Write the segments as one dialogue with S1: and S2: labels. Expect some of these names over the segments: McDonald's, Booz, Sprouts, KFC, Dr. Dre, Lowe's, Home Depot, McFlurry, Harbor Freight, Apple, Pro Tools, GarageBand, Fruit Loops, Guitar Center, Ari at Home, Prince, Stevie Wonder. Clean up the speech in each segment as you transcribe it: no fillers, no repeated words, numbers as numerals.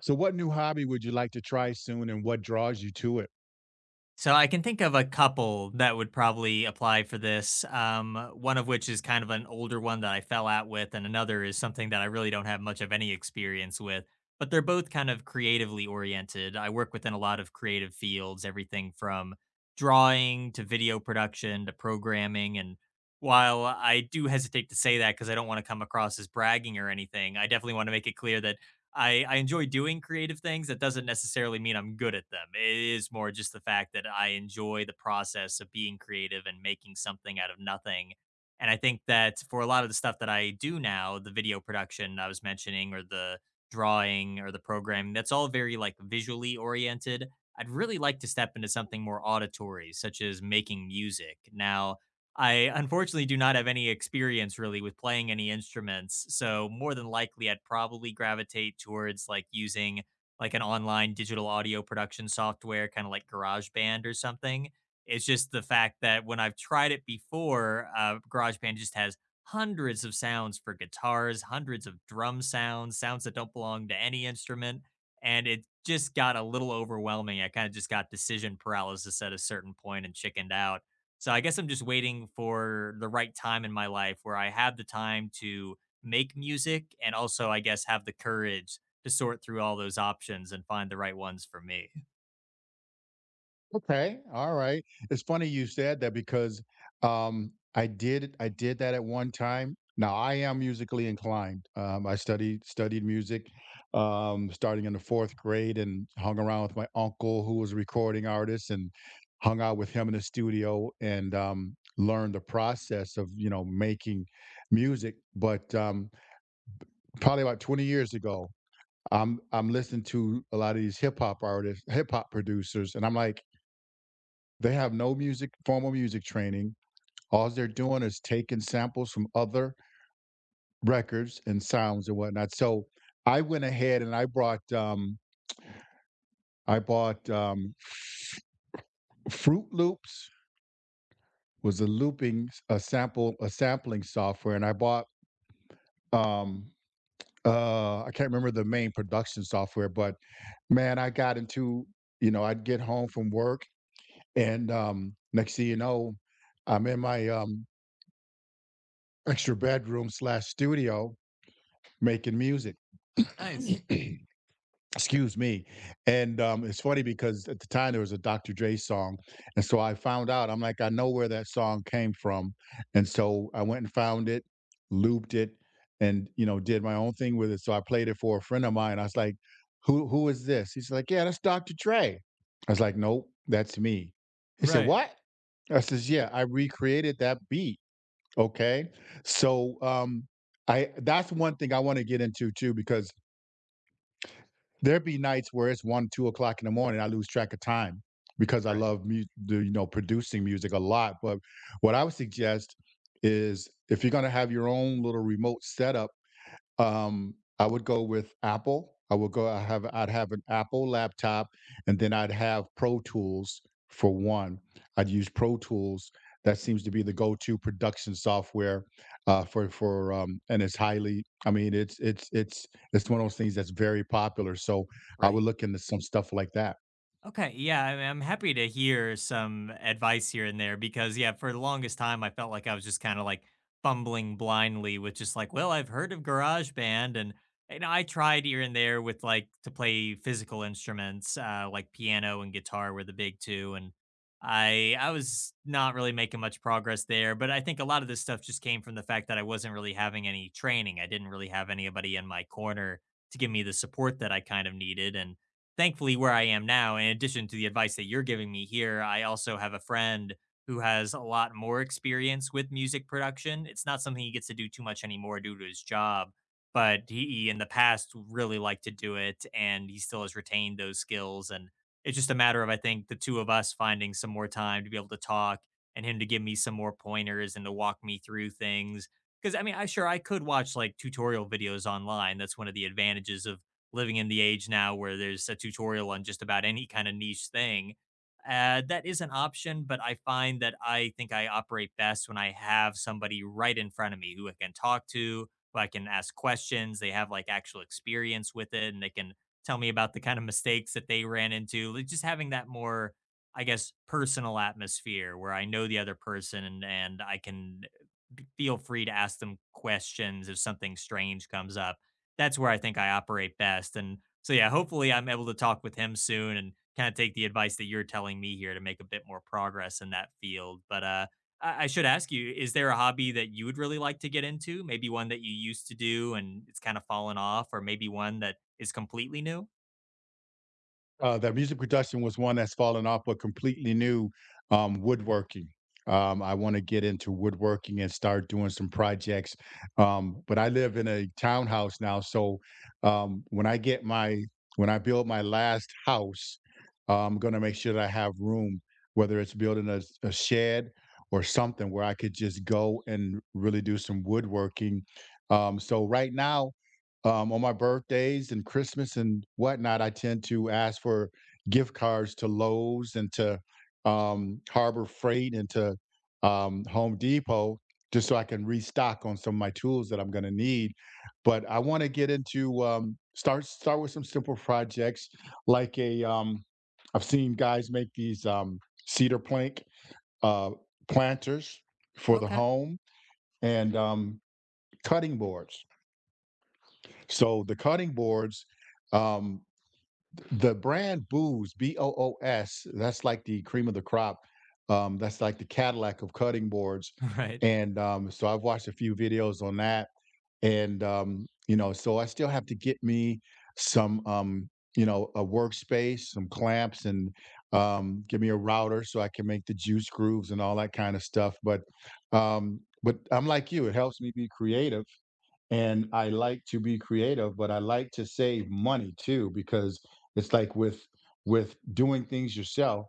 S1: So, what new hobby would you like to try soon and what draws you to it?
S2: So I can think of a couple that would probably apply for this. One of which is kind of an older one that I fell out with, and another is something that I really don't have much of any experience with. But they're both kind of creatively oriented. I work within a lot of creative fields, everything from drawing to video production to programming. And while I do hesitate to say that because I don't want to come across as bragging or anything, I definitely want to make it clear that I enjoy doing creative things. That doesn't necessarily mean I'm good at them. It is more just the fact that I enjoy the process of being creative and making something out of nothing. And I think that for a lot of the stuff that I do now, the video production I was mentioning, or the drawing, or the programming, that's all very like visually oriented. I'd really like to step into something more auditory, such as making music. Now, I unfortunately do not have any experience really with playing any instruments, so more than likely I'd probably gravitate towards like using like an online digital audio production software, kind of like GarageBand or something. It's just the fact that when I've tried it before, GarageBand just has hundreds of sounds for guitars, hundreds of drum sounds, sounds that don't belong to any instrument, and it just got a little overwhelming. I kind of just got decision paralysis at a certain point and chickened out. So I guess I'm just waiting for the right time in my life where I have the time to make music and also, I guess, have the courage to sort through all those options and find the right ones for me.
S1: Okay, all right. It's funny you said that because I did that at one time. Now I am musically inclined. I studied music starting in the 4th grade and hung around with my uncle who was a recording artist and hung out with him in the studio and learned the process of, you know, making music. But probably about 20 years ago, I'm listening to a lot of these hip hop artists, hip hop producers, and I'm like, they have no music, formal music training. All they're doing is taking samples from other records and sounds and whatnot. So I went ahead and I brought I bought Fruit Loops was a looping a sample a sampling software, and I bought um I can't remember the main production software, but man, I got into, you know, I'd get home from work. And, next thing you know, I'm in my, extra bedroom slash studio making music.
S2: Nice.
S1: Excuse me. And it's funny because at the time there was a Dr. Dre song. And so I found out, I'm like, I know where that song came from. And so I went and found it, looped it, and, you know, did my own thing with it. So I played it for a friend of mine. I was like, Who is this?" He's like, "Yeah, that's Dr. Dre." I was like, "Nope, that's me." He said,
S2: Right.
S1: "What?" I says, "Yeah, I recreated that beat." Okay. So I, that's one thing I want to get into too, because there be nights where it's one, 2 o'clock in the morning. I lose track of time because I
S2: Right.
S1: love the, you know, producing music a lot. But what I would suggest is, if you're going to have your own little remote setup, I would go with Apple. I would go. I have. I'd have an Apple laptop, and then I'd have Pro Tools for one. I'd use Pro Tools. That seems to be the go-to production software, for and it's highly. I mean, it's one of those things that's very popular. So I would
S2: Right.
S1: look into some stuff like that.
S2: Okay, yeah, I mean, I'm happy to hear some advice here and there because, yeah, for the longest time, I felt like I was just kind of like fumbling blindly with just like, well, I've heard of GarageBand, and I tried here and there with like to play physical instruments, like piano and guitar were the big two, and I was not really making much progress there. But I think a lot of this stuff just came from the fact that I wasn't really having any training. I didn't really have anybody in my corner to give me the support that I kind of needed, and thankfully where I am now, in addition to the advice that you're giving me here, I also have a friend who has a lot more experience with music production. It's not something he gets to do too much anymore due to his job, but he in the past really liked to do it and he still has retained those skills. And it's just a matter of, I think, the two of us finding some more time to be able to talk and him to give me some more pointers and to walk me through things. Because I mean, I sure I could watch like tutorial videos online. That's one of the advantages of living in the age now where there's a tutorial on just about any kind of niche thing. That is an option, but I find that I think I operate best when I have somebody right in front of me who I can talk to, who I can ask questions. They have like actual experience with it and they can tell me about the kind of mistakes that they ran into. Like just having that more, I guess, personal atmosphere where I know the other person and I can feel free to ask them questions if something strange comes up. That's where I think I operate best. And so, yeah, hopefully I'm able to talk with him soon and kind of take the advice that you're telling me here to make a bit more progress in that field. But I should ask you, is there a hobby that you would really like to get into? Maybe one that you used to do and it's kind of fallen off, or maybe one that is completely new?
S1: Uh, that music production was one that's fallen off, but completely new, woodworking. I want to get into woodworking and start doing some projects. But I live in a townhouse now, so um, when I get my when I build my last house, I'm going to make sure that I have room, whether it's building a shed or something where I could just go and really do some woodworking. So right now, on my birthdays and Christmas and whatnot, I tend to ask for gift cards to Lowe's and to, Harbor Freight, and to, Home Depot, just so I can restock on some of my tools that I'm going to need. But I want to get into, start with some simple projects, like a, I've seen guys make these, cedar plank, uh, planters for the
S2: Okay.
S1: home, and cutting boards. So the cutting boards, um, the brand Booz, Boos, that's like the cream of the crop. That's like the Cadillac of cutting boards.
S2: Right.
S1: And so I've watched a few videos on that. And, you know, so I still have to get me some, you know, a workspace, some clamps, and, give me a router so I can make the juice grooves and all that kind of stuff. But I'm like you, it helps me be creative and I like to be creative, but I like to save money too, because it's like with doing things yourself,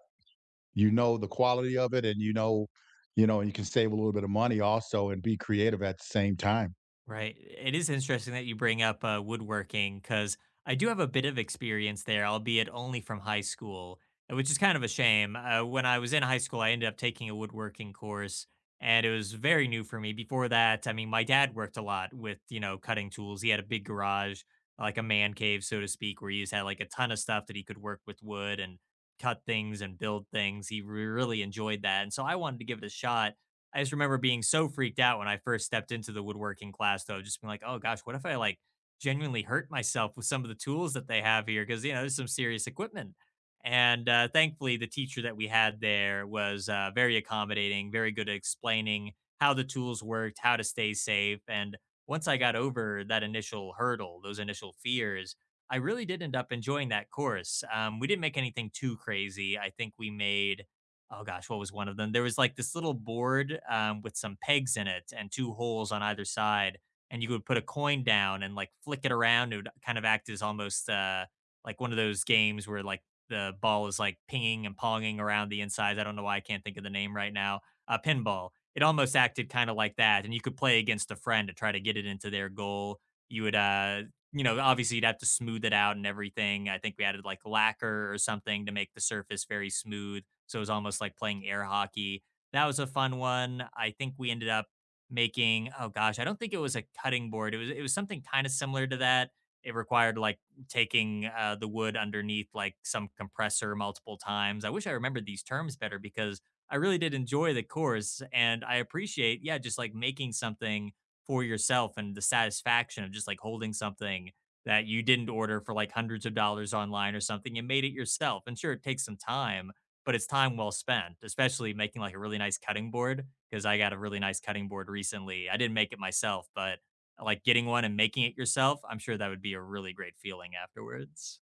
S1: you know the quality of it, and, you know, you can save a little bit of money also and be creative at the same time.
S2: Right. It is interesting that you bring up woodworking because I do have a bit of experience there, albeit only from high school, which is kind of a shame. When I was in high school, I ended up taking a woodworking course, and it was very new for me. Before that, I mean, my dad worked a lot with, you know, cutting tools. He had a big garage, like a man cave, so to speak, where he just had like a ton of stuff that he could work with wood and cut things and build things. Really enjoyed that. And so I wanted to give it a shot. I just remember being so freaked out when I first stepped into the woodworking class, though, just being like, "Oh gosh, what if I like genuinely hurt myself with some of the tools that they have here?" Because you know, there's some serious equipment. And thankfully, the teacher that we had there was very accommodating, very good at explaining how the tools worked, how to stay safe. And once I got over that initial hurdle, those initial fears, I really did end up enjoying that course. We didn't make anything too crazy. I think we made, oh gosh, what was one of them? There was like this little board with some pegs in it and two holes on either side, and you would put a coin down and like flick it around. It would kind of act as almost like one of those games where like the ball is like pinging and ponging around the insides. I don't know why I can't think of the name right now. Pinball. It almost acted kind of like that, and you could play against a friend to try to get it into their goal. You would you know, obviously you'd have to smooth it out and everything. I think we added like lacquer or something to make the surface very smooth. So it was almost like playing air hockey. That was a fun one. I think we ended up making, oh gosh, I don't think it was a cutting board. It was something kind of similar to that. It required like taking the wood underneath like some compressor multiple times. I wish I remembered these terms better because I really did enjoy the course and I appreciate, yeah, just like making something for yourself and the satisfaction of just like holding something that you didn't order for like hundreds of dollars online or something and made it yourself. And sure, it takes some time, but it's time well spent, especially making like a really nice cutting board. Cause I got a really nice cutting board recently. I didn't make it myself, but like getting one and making it yourself, I'm sure that would be a really great feeling afterwards.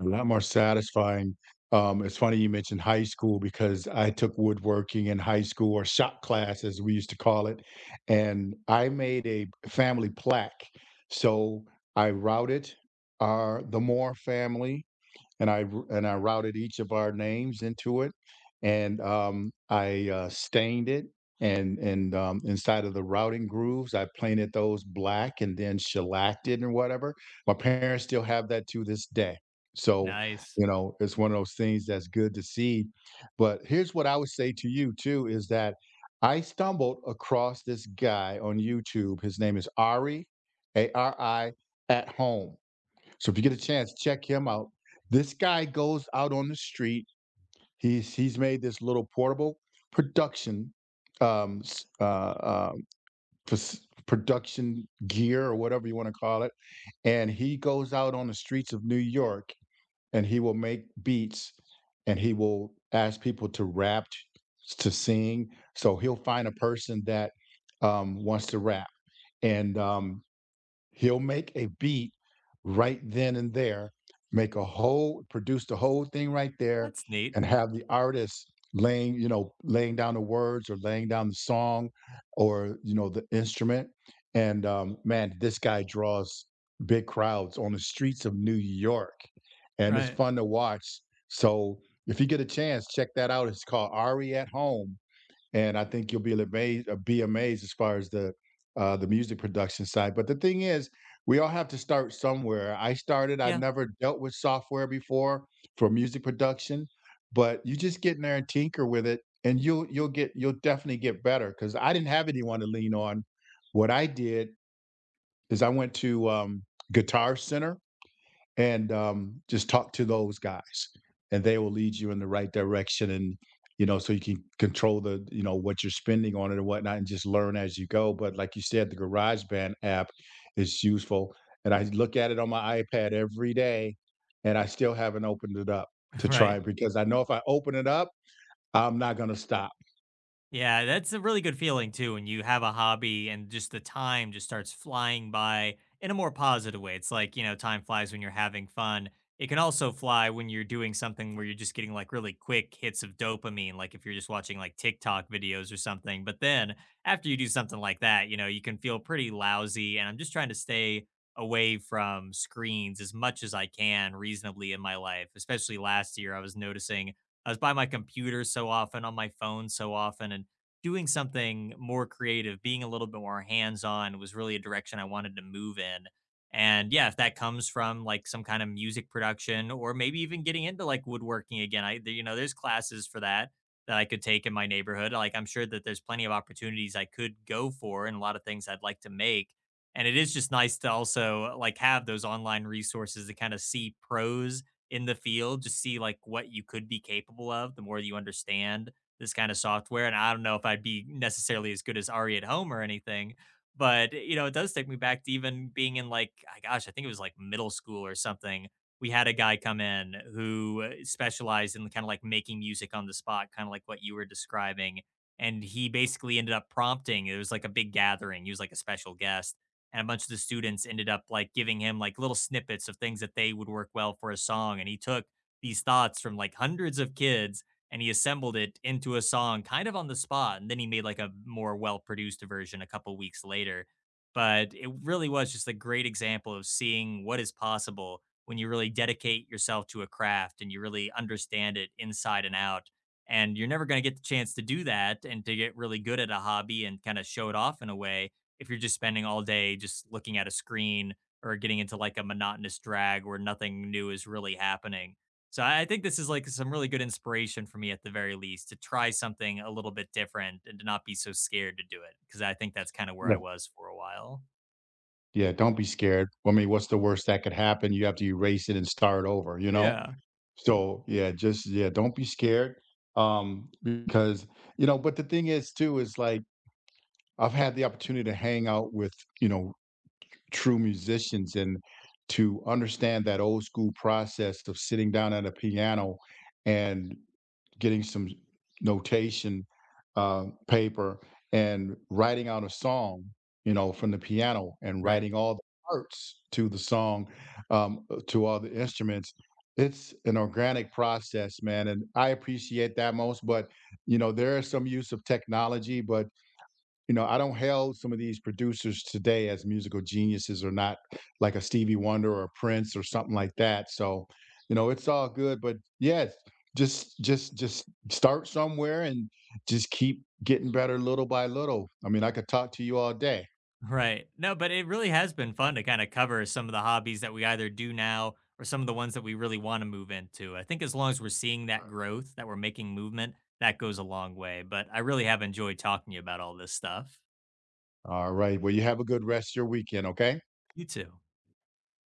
S1: A lot more satisfying. It's funny you mentioned high school because I took woodworking in high school, or shop class as we used to call it, and I made a family plaque. So I routed our the Moore family, and I and I routed each of our names into it, and, I, stained it. And inside of the routing grooves, I painted those black and then shellacked it and whatever. My parents still have that to this day. So,
S2: Nice.
S1: you know, it's one of those things that's good to see. But here's what I would say to you too is that I stumbled across this guy on YouTube. His name is Ari, A R I, at home, so if you get a chance, check him out. This guy goes out on the street. He's made this little portable production, um uh, uh production gear or whatever you want to call it, and he goes out on the streets of New York, and he will make beats, and he will ask people to rap, to sing. So he'll find a person that, wants to rap, and he'll make a beat right then and there, make a whole produce the whole thing right there,
S2: That's neat.
S1: and have the artist laying, you know, laying down the words, or laying down the song, or, you know, the instrument. And man, this guy draws big crowds on the streets of New York. And it's
S2: Right.
S1: fun to watch. So if you get a chance, check that out. It's called Ari at Home, and I think you'll be be amazed as far as the, the music production side. But the thing is, we all have to start somewhere. I started. I
S2: Yeah.
S1: never dealt with software before for music production, but you just get in there and tinker with it, and you'll definitely get better. Because I didn't have anyone to lean on. What I did is I went to, Guitar Center, and, just talk to those guys, and they will lead you in the right direction, and, you know, so you can control the, you know, what you're spending on it and whatnot, and just learn as you go. But like you said, the GarageBand app is useful, and I look at it on my iPad every day, and I still haven't opened it up to try
S2: Right.
S1: it, because I know if I open it up, I'm not going to stop.
S2: Yeah, that's a really good feeling too when you have a hobby and just the time just starts flying by in a more positive way. It's like, you know, time flies when you're having fun. It can also fly when you're doing something where you're just getting like really quick hits of dopamine, like if you're just watching like TikTok videos or something. But then after you do something like that, you know, you can feel pretty lousy. And I'm just trying to stay away from screens as much as I can reasonably in my life, especially last year. I was noticing I was by my computer so often, on my phone so often, and doing something more creative, being a little bit more hands on was really a direction I wanted to move in. And yeah, if that comes from like some kind of music production or maybe even getting into like woodworking again, I, you know, there's classes for that that I could take in my neighborhood. Like I'm sure that there's plenty of opportunities I could go for and a lot of things I'd like to make. And it is just nice to also like have those online resources to kind of see pros in the field, just see like what you could be capable of the more you understand this kind of software. And I don't know if I'd be necessarily as good as Ari at home or anything, but you know, it does take me back to even being in like, I gosh, I think it was like middle school or something. We had a guy come in who specialized in kind of like making music on the spot, kind of like what you were describing. And he basically ended up prompting, it was like a big gathering. He was like a special guest and a bunch of the students ended up like giving him like little snippets of things that they would work well for a song and he took these thoughts from like hundreds of kids and he assembled it into a song kind of on the spot and then he made like a more well produced version a couple weeks later. But it really was just a great example of seeing what is possible when you really dedicate yourself to a craft and you really understand it inside and out, and you're never going to get the chance to do that and to get really good at a hobby and kind of show it off in a way if you're just spending all day just looking at a screen or getting into like a monotonous drag where nothing new is really happening. So I think this is like some really good inspiration for me at the very least to try something a little bit different and to not be so scared to do it because I think that's kind of where I
S1: Yeah,
S2: was for a while.
S1: yeah, don't be scared. I mean, what's the worst that could happen? You have to erase it and start over, you know.
S2: Yeah.
S1: So, yeah, just yeah, don't be scared, because, you know. But the thing is too is, like, I've had the opportunity to hang out with, you know, true musicians, and to understand that old school process of sitting down at a piano and getting some notation, paper, and writing out a song, you know, from the piano, and
S2: Right.
S1: writing all the parts to the song, to all the instruments. It's an organic process, man, and I appreciate that most. But, you know, there is some use of technology, but, you know, I don't hail some of these producers today as musical geniuses, or not, like a Stevie Wonder or a Prince or something like that. So, you know, it's all good. But yes, just start somewhere, and just keep getting better little by little. I mean, I could talk to you all day.
S2: Right. No, but it really has been fun to kind of cover some of the hobbies that we either do now or some of the ones that we really want to move into. I think as long as we're seeing that growth, that we're making movement, that goes a long way. But I really have enjoyed talking to you about all this stuff.
S1: All right. Well, you have a good rest of your weekend, okay?
S2: You too.